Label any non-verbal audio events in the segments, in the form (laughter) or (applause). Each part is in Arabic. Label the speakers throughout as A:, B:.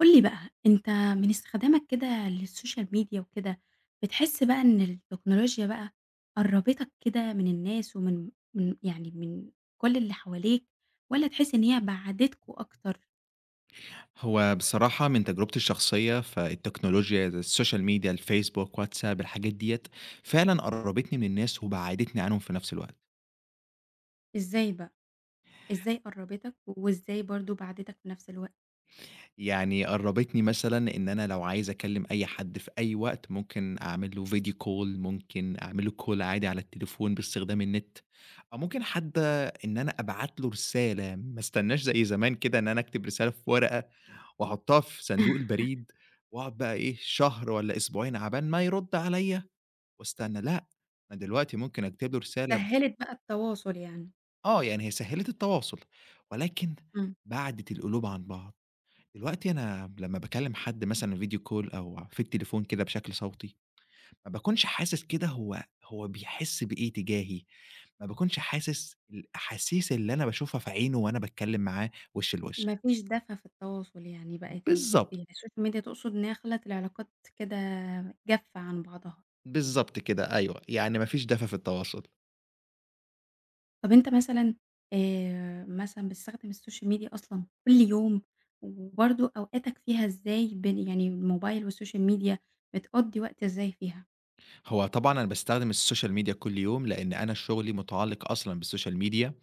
A: قُل لي بقى، أنت من استخدامك كده للسوشيال ميديا وكده، بتحس بقى إن التكنولوجيا بقى قرّبتك كده من الناس ومن من يعني من كل اللي حواليك، والّا تحس إن هي بَعَدِتكم أكتر؟
B: هو بصراحة من تجربتي الشخصية فالتكنولوجيا زي السوشيال ميديا، الفيسبوك، واتساب، الحاجات ديّة فعلًا قرّبتني من الناس وبعّدتني عنهم في نفس الوقت،
A: إزاي بقى، إزاي قرّبتك وإزاي برضه بَعَدِتك في نفس الوقت؟
B: يعني قرّبتني مثلًا إن أنا لو عايز أكلّم أي حد في أي وقت ممكن أعمل له فيديو كول، ممكن أعمل له كول عادي على التليفون باستخدام النت، أو ممكن حتى إن أنا أبعت له رسالة ما استناش زي زمان كده إن أنا أكتب رسالة في ورقة وأحطها في صندوق
A: (laughs)
B: البريد وأقعد بقى إيه شهر والّا أسبوعين عقبال ما يرد عليَّ. واستنى، لأ، أنا دلوقتي ممكن أكتب له رسالة ب
A: سهّلت بقى التواصل يعني.
B: آه، يعني هي سهِّلت التواصل، ولكن
A: إمم.
B: بَعدِت القلوب عن بعض. دلوقتي أنا لمّا باكلّم حد مثلًا video call أو في التليفون كده بشكل صوتي، ما باكونش حاسس كده هو بيحس بإيه تجاهي، ما باكونش حاسس الأحاسيس اللي أنا باشوفها في عينه وأنا باتكلّم معاه وِش لوِش.
A: ما فيش دفا في التواصل يعني بقت
B: بالضبط،
A: يعني السوشيال ميديا تقصد إنها خلّت العلاقات كده جافة عن بعضها.
B: بالضبط كده، أيوه، يعني ما فيش دفى في التواصل.
A: طب أنت مثلًا مثلًا بتستخدم السوشيال ميديا أصلًا كل يوم، وبرضه أوقاتك فيها إزاي بين يعني الموبايل والسوشيال ميديا بتقضّي وقت إزاي فيها؟
B: هو طبعًا أنا باستخدم السوشيال ميديا كل يوم، لإن أنا شُغلي مُتعلّق أصلًا بالسوشيال ميديا.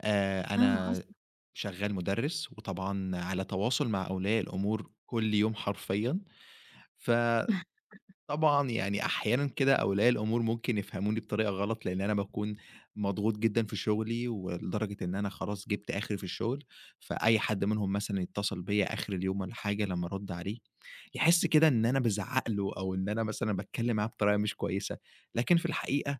A: آه،
B: أنا
A: أصلًا.
B: شغّال مُدرِّس، وطبعًا على تواصل مع أولياء الأمور كل يوم حرفيًا، فطبعًا
A: (laughs)
B: يعني أحيانًا كده أولياء الأمور ممكن يفهموني بطريقة غلط، لإن أنا باكون مضغوط جدًا في شُغلي، ولدرجة إن أنا خلاص جِبت آخري في الشُغل، فأي حد منهم مثلًا يتّصل بيّا آخر اليوم والّا حاجة لمّا أرُد عليه، يحس كده إن أنا بازعّق له أو إن أنا مثلًا باتكلّم معاه بطريقة مش كويسة، لكن في الحقيقة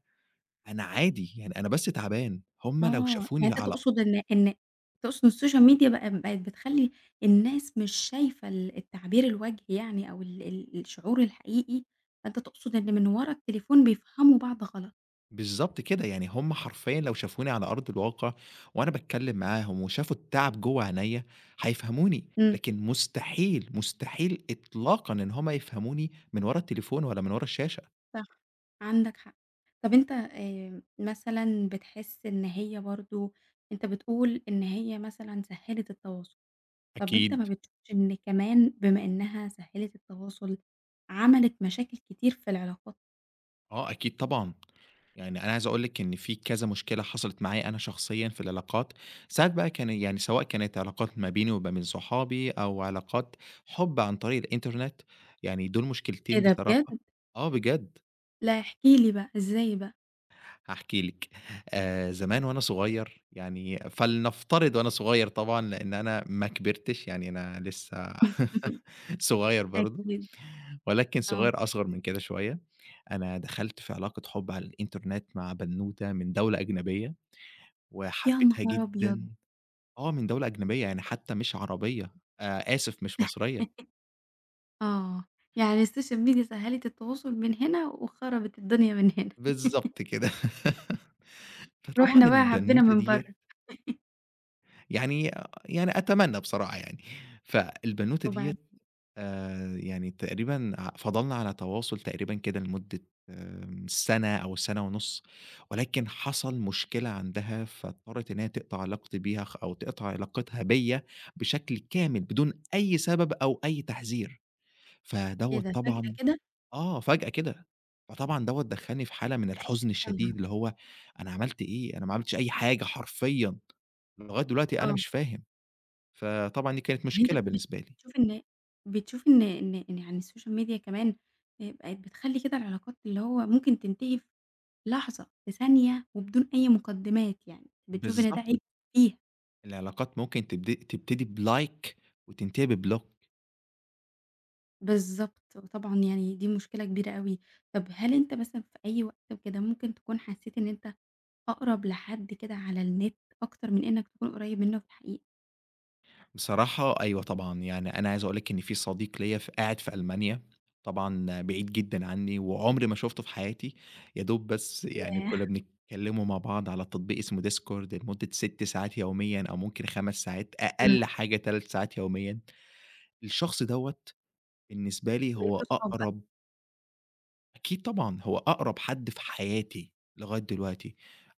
B: أنا عادي، يعني أنا بس تعبان، هُم لو
A: آه، يعني
B: شافوني
A: أنت
B: على
A: تقصد إن تقصد السوشيال ميديا بقى بقت بتخلّي الناس مش شايفة التعبير الوجهي يعني أو ال ال الشعور الحقيقي، فأنت تقصد إن من ورا التليفون بيفهموا بعض غلط،
B: بالضبط كده، يعني هم حرفيًا لو شافوني على أرض الواقع وأنا باتكلّم معاهم وشافوا التعب جوّه عينيّا، هيفهموني،
A: إمم.
B: لكن مستحيل، مستحيل إطلاقًا إن هم يفهموني من ورا التليفون والّا من ورا الشاشة.
A: صح، عندك حق. طب أنت مثلًا بتحس إن هي برضه أنت بتقول إن هي مثلًا سهّلت التواصل، طب أنت
B: أكيد،
A: ما بتشوفش إن كمان بما إنها سهّلت التواصل عملت مشاكل كتير في العلاقات؟
B: آه أكيد طبعًا، يعني أنا عايز أقول لِك إن في كذا مشكلة حصلت معايا أنا شخصيًا في العلاقات، ساعات بقى كان يعني سواء كانت علاقات ما بيني وما بين صحابي أو علاقات حُب عن طريق الإنترنت، يعني دول
A: إيه
B: مشكلتين
A: ده بجد؟
B: بصراحة. آه بجد.
A: لا احكِ لي بقى، إزاي بقى؟
B: هاحكي لِك، زمان وأنا صغير، يعني فلنفترض وأنا صغير طبعًا لإن أنا ما كبرتش، يعني أنا لسه
A: (laughs)
B: (laughs) صغير برضه،
A: أكيد،
B: ولكن
A: آه.
B: صغير أصغر من كده شوية، أنا دخلت في علاقة حُب على الإنترنت مع بنوتة من دولة أجنبية،
A: يا
B: وحبيتها
A: نهار أبيض!
B: جدًا. آه، من دولة أجنبية، يعني حتى مش عربية، آسف مش مصرية،
A: آه، يعني السوشيال ميديا سهّلت التواصل من هنا وخربت الدنيا من هنا. (laughs)
B: بالضبط كده. (laughs) فطبعًا
A: رُحنا بقى حبينا
B: البنوتة
A: من
B: ديّة
A: برّه،
B: يعني يعني أتمنى بصراحة يعني. فالبنوتة ديّة
A: وبعدين
B: يعني تقريبًا ع فضلنا على تواصل تقريبًا كده لمدة سَنة أو سَنة ونُص، ولكن حصل مشكلة عندها فاضطرت إن هي تقطع علاقتي بيها أو تقطع علاقتها بيّا بشكل كامل بدون أي سبب أو أي تحذير.
A: إيه
B: فدوّة
A: ده فجأة
B: طبعًا
A: كده؟
B: آه، فجأة كده. فطبعًا دوّة دخّلني في حالة من الحزن
A: يا نهار
B: الشديد اللي
A: أبيض!
B: هو أنا عملت إيه؟ أنا ما عملتش أي حاجة حرفيًا، لغاية دلوقتي أنا
A: آه.
B: مش فاهم. فطبعًا دي كانت
A: يعني أنت
B: مشكلة
A: بت
B: بالنسبة لي.
A: بتشوف إن بتشوف إن إن إن يعني السوشيال ميديا كمان بقت بتخلّي كده العلاقات اللي هو ممكن تنتهي في لحظة، في ثانية، وبدون أي مقدمات يعني، بتشوف إن ده
B: بالضبط،
A: عيب فيها.
B: العلاقات ممكن تبتدي بLike وتنتهي بBlock.
A: بالضبط، وطبعًا يعني دي مشكلة كبيرة أوي. طب هل أنت مثلًا في أي وقت وكده ممكن تكون حسّيت إن أنت أقرب لحد كده على النت أكتر من إنك تكون قريب منه في الحقيقة؟
B: بصراحة أيوه طبعًا، يعني أنا عايز أقول لِك إن في صديق ليّا قاعد في ألمانيا، طبعًا بعيد جدًا عني وعمري ما شُفته في حياتي، يا دوب بس يعني
A: ياه!
B: كُنّا بنتكلّموا مع بعض على تطبيق اسمه Discord لمدة 6 ساعات يوميًا أو ممكن 5 ساعات،
A: إمم،
B: أقل حاجة 3 ساعات يوميًا. الشخص دوّة بالنسبة لي هو
A: بقيتوا صحاب بقى.
B: أقرب. أكيد طبعًا، هو أقرب حد في حياتي لغاية دلوقتي،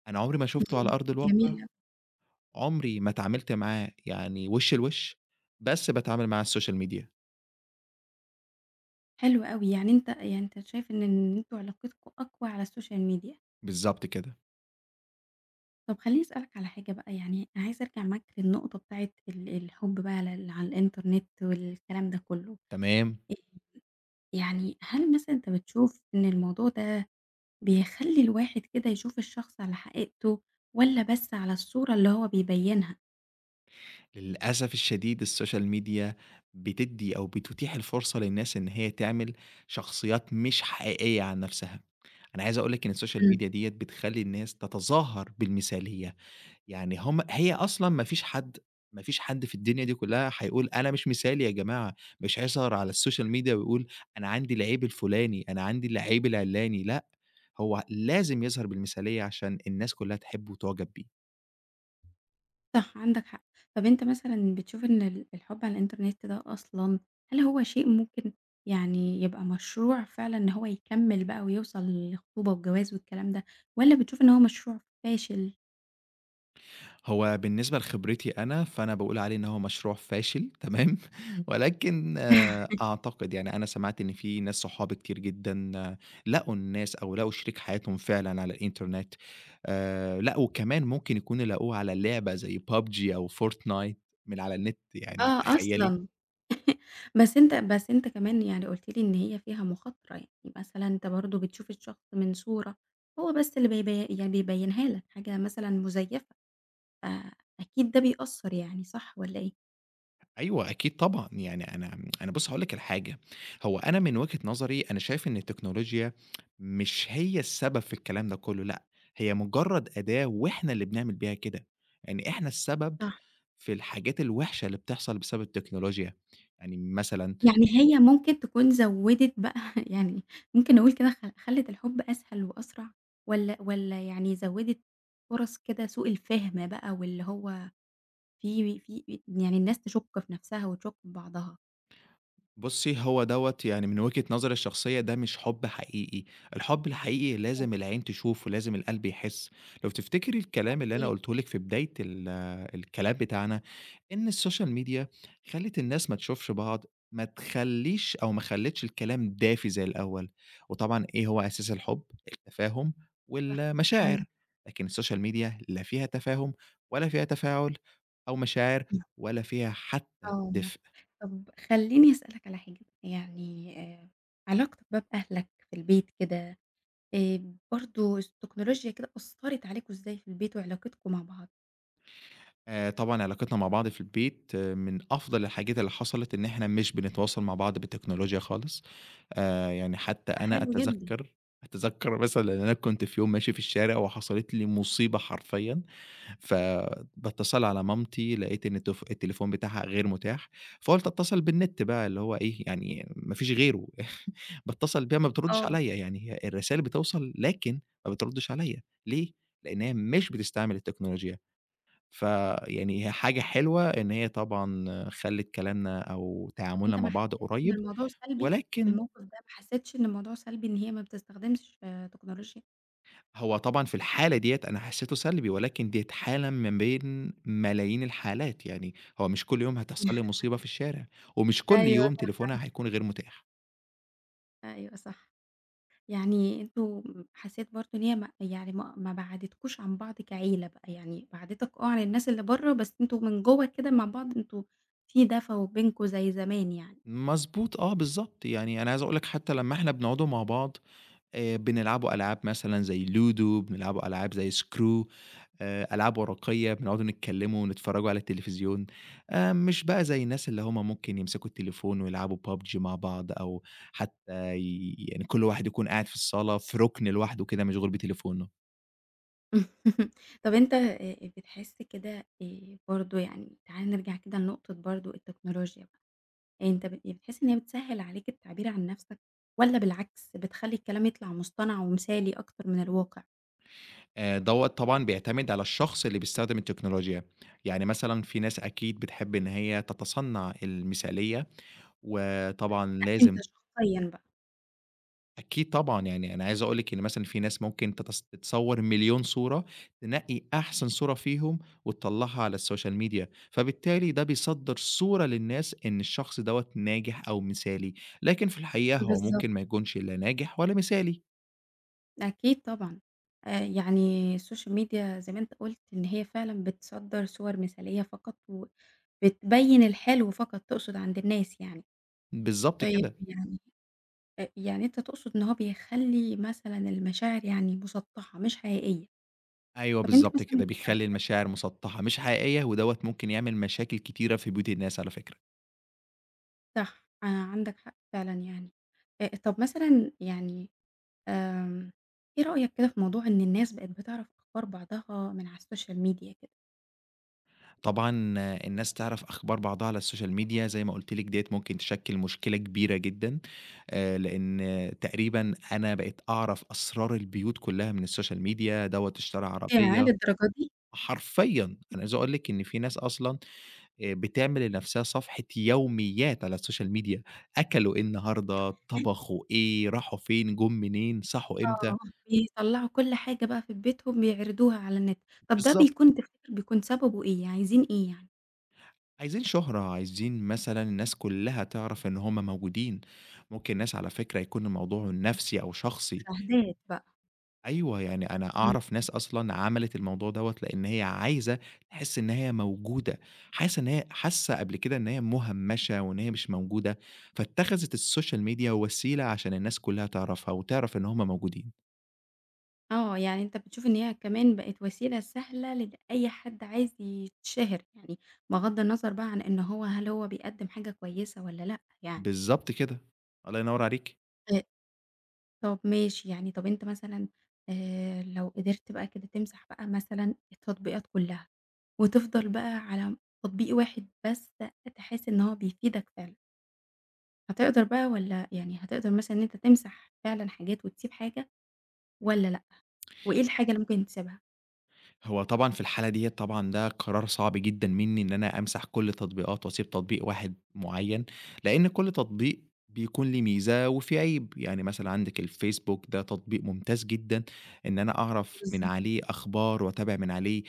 B: أنا عمري ما شُفته على
A: إمم،
B: أرض
A: جميل
B: الواقع،
A: أوي.
B: عمري ما اتعاملت معاه يعني وِش لوِش، بس باتعامل معاه على الSocial media.
A: حلو أوي، يعني أنت شايف إن أنتم علاقتكم أقوى على السوشيال ميديا.
B: بالضبط كده،
A: طب خلّيني أسألك على حاجة بقى، يعني أنا عايزة أرجع معاك للنقطة بتاعة الحب بقى على ال على الإنترنت والكلام ده كلّه.
B: تمام،
A: آآ يعني هل مثلًا أنت بتشوف إن الموضوع ده بيخلّي الواحد كده يشوف الشخص على حقيقته والّا بس على الصورة اللي هو بيبيّنها؟
B: للأسف الشديد الSocial media بتدّي أو بتتيح الفرصة للناس إن هي تعمل شخصيات مش حقيقية عن نفسها، أنا عايز أقول لِك إن الSocial media ديّة بتخلّي الناس تتظاهر بالمثالية. يعني هي أصلًا ما فيش حد في الدنيا دي كلّها هيقول أنا مش مثالي يا جماعة، مش هيظهر على السوشيال ميديا ويقول أنا عندي العيب الفلاني، أنا عندي العيب العلاني، لأ، هو لازم يظهر بالمثالية عشان الناس كلّها تحبه وتُعجب بيه.
A: صح، عندك حق. طب أنت مثلًا بتشوف إن الحُب على الإنترنت ده أصلًا هل هو شيء ممكن يعني يبقى مشروع فعلًا إن هو يكمّل بقى ويوصل للخطوبة والجواز والكلام ده، والّا بتشوف إن هو مشروع فاشل؟
B: هو بالنسبة لخبرتي أنا، فأنا باقول عليه إن هو مشروع فاشل تمام، (laughs) ولكن
A: (laughs)
B: أعتقد يعني أنا سمعت إن في ناس صحابي كتير جدًا آه، لقوا الناس أو لقوا شريك حياتهم فعلًا على الإنترنت، لأ وكمان ممكن يكونوا لاقوه على لعبة زي PUBG أو Fortnite من على النت يعني
A: آه،
B: تخيّلي!
A: أصلًا. بس أنت كمان يعني قُلت لي إن هي فيها مخاطرة، يعني مثلًا أنت برضه بتشوف الشخص من صورة، هو بس اللي بيبيّنها لك، حاجة مثلًا مزيفة، فأكيد ده بيأثّر يعني، صح والّا إيه؟
B: أيوه، أكيد طبعًا، يعني أنا بُص هاقول لك على حاجة، هو أنا من وجهة نظري أنا شايف إن التكنولوجيا مش هي السبب في الكلام ده كلّه، لأ، هي مجرّد أداة وإحنا اللي بنعمل بيها كده، يعني إحنا السبب
A: صح.
B: في الحاجات الوحشة اللي بتحصل بسبب التكنولوجيا، يعني مثلًا
A: يعني هي ممكن تكون زوّدِت بقى (laughs) يعني ممكن نقول كده خلّت الحُب أسهل وأسرع والّا يعني زوّدِت فرص كده سوء الفهم بقى واللي هو في يعني الناس تشُك في نَفْسها وتشُك في بعضها؟
B: بُصّي هو دوّة يعني من وجهة نظري الشخصية ده مش حُب حقيقي، الحُب الحقيقي لازم العين تشوف ولازم القلب يحس، لو تفتكري الكلام اللي أنا
A: أكيد
B: قُلته لِك في بداية الكلام بتاعنا إن السوشيال ميديا خلّت الناس ما تشوفش بعض، ما تخلّيش أو ما خلّتش الكلام دافي زي الأول، وطبعًا إيه هو أساس الحب؟ التفاهم
A: صح.
B: والمشاعر،
A: عندك
B: لكن السوشيال ميديا لا فيها تفاهم ولا فيها تفاعل أو مشاعر
A: حق،
B: ولا فيها حتى
A: آه.
B: دفء.
A: طب خلّيني أسألك على حاجة، يعني علاقتك بقى بأهلك في البيت كده، برضه التكنولوجيا كده أثّرت عليكم إزاي في البيت وعلاقتكم مع بعض؟
B: طبعًا علاقتنا مع بعض في البيت آه، من أفضل الحاجات اللي حصلت إن إحنا مش بنتواصل مع بعض بالتكنولوجيا خالص، يعني حتى
A: ده
B: أنا
A: حلو جدًا.
B: أتذكّر أتذكّر مثلًا إن أنا كنت في يوم ماشي في الشارع وحصلت لي مصيبة حرفيًا، فباتصل على مامتي لقيت إن التليفون بتاعها غير متاح، فقُلت أتصل بالنت بقى اللي هو إيه، يعني ما فيش غيره (laughs) باتصل بيها ما بتردش
A: آه.
B: عليَّ، يعني هي الرسايل بتوصل لكن ما بتردش عليَّ، ليه؟ لإن هي مش بتستعمل التكنولوجيا. فيعني هي حاجة حلوة إن هي طبعًا خلِّت كلامنا أو
A: طب
B: تعاملنا
A: أنت
B: مع
A: ما
B: بعض
A: حسيتش إن
B: قريب،
A: الموضوع سلبي في
B: ولكن
A: الموقف ده، ما حسيتش إن الموضوع سلبي إن هي ما بتستخدمش تكنولوجيا؟
B: هو طبعًا في الحالة ديّة أنا حسّيته سلبي، ولكن ديّة حالة من بين ملايين الحالات، يعني هو مش كل يوم هتحصل لي مصيبة في الشارع، ومش كل
A: أيوه
B: يوم
A: صح،
B: تليفونها
A: عندك
B: هيكون غير متاح.
A: حق، أيوه صح. يعني أنتم حسيت برضه إن هي ما يعني ما ما بعّدتكوش عن بعض كعيلة بقى، يعني بعّدتك عن الناس اللي برّه، بس أنتم من جوّه كده مع بعض أنتم في دفا بينكم زي زمان يعني.
B: مضبوط آه، بالضبط، يعني أنا عايز أقول لك حتى لمّا إحنا بنقعدوا مع بعض، بنلعبوا ألعاب مثلًا زي ludo بنلعبوا ألعاب زي screw، ألعاب ورقية، بنقعدوا نتكلّموا ونتفرّجوا على التلفزيون، مش بقى زي الناس اللي هم ممكن يمسكوا التليفون ويلعبوا PUBG مع بعض أو حتى يعني كل واحد يكون قاعد في الصالة في رُكن لوحده كده مشغول بتليفونه.
A: (laughs) طب أنت بتحس كده برضه يعني تعالَ نرجع كده لنقطة برضه التكنولوجيا. أنت بتحس إن هي بتسهّل عليك التعبير عن نَفْسك والّا بالعكس بتخلّي الكلام يطلع مصطنع ومثالي أكتر من الواقع؟
B: دوّة طبعًا بيعتمد على الشخص اللي بيستخدم التكنولوجيا، يعني مثلًا في ناس أكيد بتحب إن هي تتصنّع المثالية، وطبعًا
A: لأ أنت
B: لازم
A: شخصيًا بقى.
B: أكيد طبعًا، يعني أنا عايز أقول لِك إن مثلًا في ناس ممكن تتصوّر مليون صورة، تنقّي أحسن صورة فيهم وتطلّعها على السوشيال ميديا، فبالتالي ده بيصدّر صورة للناس إن الشخص دوّة ناجح أو مثالي، لكن في الحقيقة هو
A: بالضبط.
B: ممكن ما يكونش لا ناجح ولا مثالي،
A: أكيد طبعًا. يعني الSocial media زي ما أنت قُلت إن هي فعلًا بتصدّر صور مثالية فقط وبتبيّن الحلو فقط تقصد عند الناس يعني.
B: بالضبط
A: طيب
B: كده،
A: يعني يعني أنت تقصد إن هو بيخلّي مثلًا المشاعر يعني مسطّحة مش حقيقية.
B: أيوه
A: طب أنت
B: بالضبط
A: مثلًا
B: كده، بيخلّي المشاعر مُسطّحة مش حقيقية، ودوّة ممكن يعمل مشاكل كتيرة في بيوت الناس على فكرة.
A: صح، عندك حق فعلًا يعني. طب مثلًا يعني آمم، إيه رأيك كده في موضوع إن الناس بقت بتعرف أخبار بعضها من على السوشيال ميديا كده؟
B: طبعًا آه، الناس تعرف أخبار بعضها على السوشيال ميديا زي ما قُلت لِك ديّة ممكن تشكِّل مشكلة كبيرة جدًا، لإن آه، تقريبًا أنا بقيت أعرف أسرار البيوت كلّها من السوشيال ميديا، دوّة اشترى
A: ياه!
B: عربية
A: للدرجة دي!
B: حرفيًا، أنا عايز أقول لِك إن في ناس أصلًا بتعمل لنَفْسها صفحة يوميات على السوشيال ميديا، أكلوا إيه النهارده،
A: (laughs)
B: طبخوا إيه، راحوا فين، جُم منين، صحوا إمتى،
A: آه، بيطلّعوا كل حاجة بقى في بيتهم بيعرضوها على النت. طب ده
B: بالضبط.
A: بيكون تفتكر بيكون سببه إيه، عايزين إيه يعني؟
B: عايزين شهرة، عايزين مثلًا الناس كلّها تعرف إن هُم موجودين، ممكن ناس على فكرة يكون الموضوع نَفْسي أو شخصي،
A: مشاهدات بقى.
B: أيوه، يعني أنا
A: إمم،
B: أعرف ناس أصلًا عملت الموضوع دوّة لإن هي عايزة تحس إن هي موجودة، حاسة قبل كده إن هي مُهمّشة وإن هي مش موجودة، فاتخذت السوشيال ميديا وسيلة عشان الناس كلّها تعرفها وتعرف إن هُم موجودين،
A: آه، يعني أنت بتشوف إن هي كمان بقت وسيلة سهلة لأي حد عايز يتشهر يعني، بغض النظر بقى عن إن هل هو بيقدّم حاجة كويسة والّا لأ يعني.
B: بالضبط كده، الله ينوّر عليكِ.
A: طب ماشي، يعني طب أنت مثلًا لو قدرت بقى كده تمسح بقى مثلًا التطبيقات كلّها، وتفضل بقى على تطبيق واحد بس تحس إن هو بيفيدك فعلًا، هتقدر بقى والّا يعني هتقدر مثلًا إن أنت تمسح فعلًا حاجات وتسيب حاجة والّا لأ؟ وإيه الحاجة اللي ممكن تسيبها؟
B: هو طبعًا في الحالة ديّة طبعًا ده قرار صعب جدًا منّي إن أنا أمسح كل تطبيقات وأسيب تطبيق واحد معيّن، لإن كل تطبيق بيكون ليه ميزة وفيه عيب، يعني مثلًا عندِك الفيسبوك ده تطبيق ممتاز جدًا إن أنا أعرف من
A: بالضبط.
B: عليه أخبار وأتابع من عليه،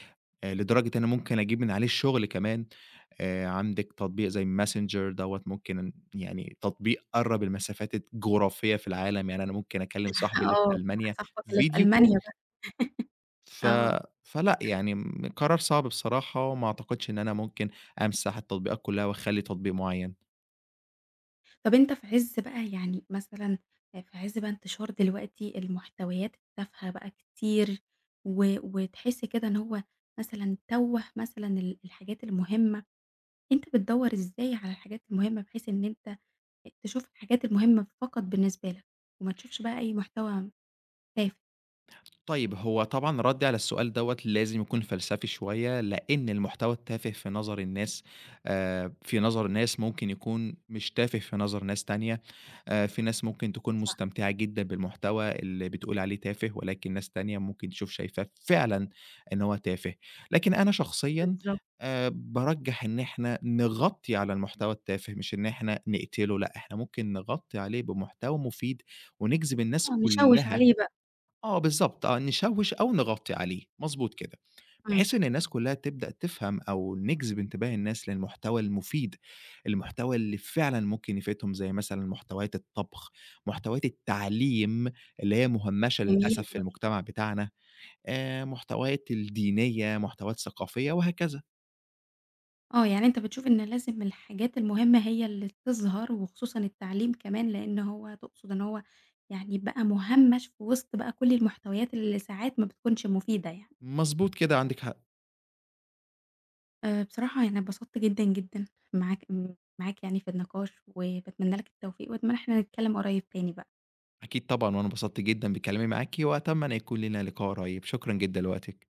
B: لدرجة ان أنا ممكن أجيب من عليه الشغل كمان، عندِك تطبيق زي messenger دوّة ممكن يعني تطبيق قرّب المسافات الجغرافية في العالم، يعني أنا ممكن أكلم صاحبي
A: (laughs)
B: اللي في
A: آه، مع
B: ألمانيا
A: صاحبك اللي في
B: video
A: ألمانيا بقى،
B: call. ف
A: آه.
B: فلأ، يعني قرار صعب بصراحة وما أعتقدش إن أنا ممكن أمسح التطبيقات كلّها واخلّي تطبيق معيّن.
A: طب أنت في عِز بقى انتشار دلوقتي المحتويات التافهة بقى كتير و وتحس كده إن هو مثلًا تَوّه مثلًا الحاجات المهمة، أنت بتدوّر إزاي على الحاجات المهمة بحيث إن أنت تشوف الحاجات المهمة فقط بالنسبة لك، وما تشوفش بقى أي محتوى تافه؟
B: طيب هو طبعًا ردي على السؤال دوّة لازم يكون فلسفي شوية، لإن المحتوى التافه في نظر الناس، في نظر ناس ممكن يكون مش تافه في نظر ناس تانية، في ناس ممكن تكون
A: صح،
B: مستمتعة جدًا بالمحتوى اللي بتقول عليه تافه، ولكن ناس تانية ممكن تشوف شايفاه فعلًا إن هو تافه، لكن أنا شخصيًا،
A: بالضبط.
B: بارجّح إن إحنا نغطي على المحتوى التافه، مش إن إحنا نقتله، لأ إحنا ممكن نغطي عليه بمحتوى مفيد ونجذب الناس
A: آه، نشوِّش
B: كلها.
A: عليه بقى،
B: آه بالضبط، آه، نشوِّش أو نغطّي عليه، مضبوط كده،
A: إمم،
B: بحيث إن الناس كلّها تبدأ تفهم أو نجذب انتباه الناس للمحتوى المفيد، المحتوى اللي فعلًا ممكن يفيدهم زي مثلًا محتويات الطبخ، محتويات التعليم اللي هي مُهمّشة
A: جميل
B: للأسف في المجتمع بتاعنا، محتويات الدينية، محتويات ثقافية وهكذا.
A: آه، يعني أنت بتشوف إن لازم الحاجات المهمة هي اللي تظهر، وخصوصًا التعليم كمان، لإن هو تقصد إن هو يعني يبقى مُهمَّش في وسط بقى كل المحتويات اللي ساعات ما بتكونش مفيدة يعني.
B: مضبوط كده، عندِك حق،
A: بصراحة يعني أنا اتبسطت جدًا، جدًا معاك معاك يعني في النقاش، وباتمنى لك التوفيق، وأتمنى إن إحنا نتكلم قريب تاني بقى.
B: أكيد طبعًا، وأنا انبسطت جدًا بكلامي معاكِ، وأتمنى يكون لينا لقاء قريب، شكرًا جدًا لوقتِك.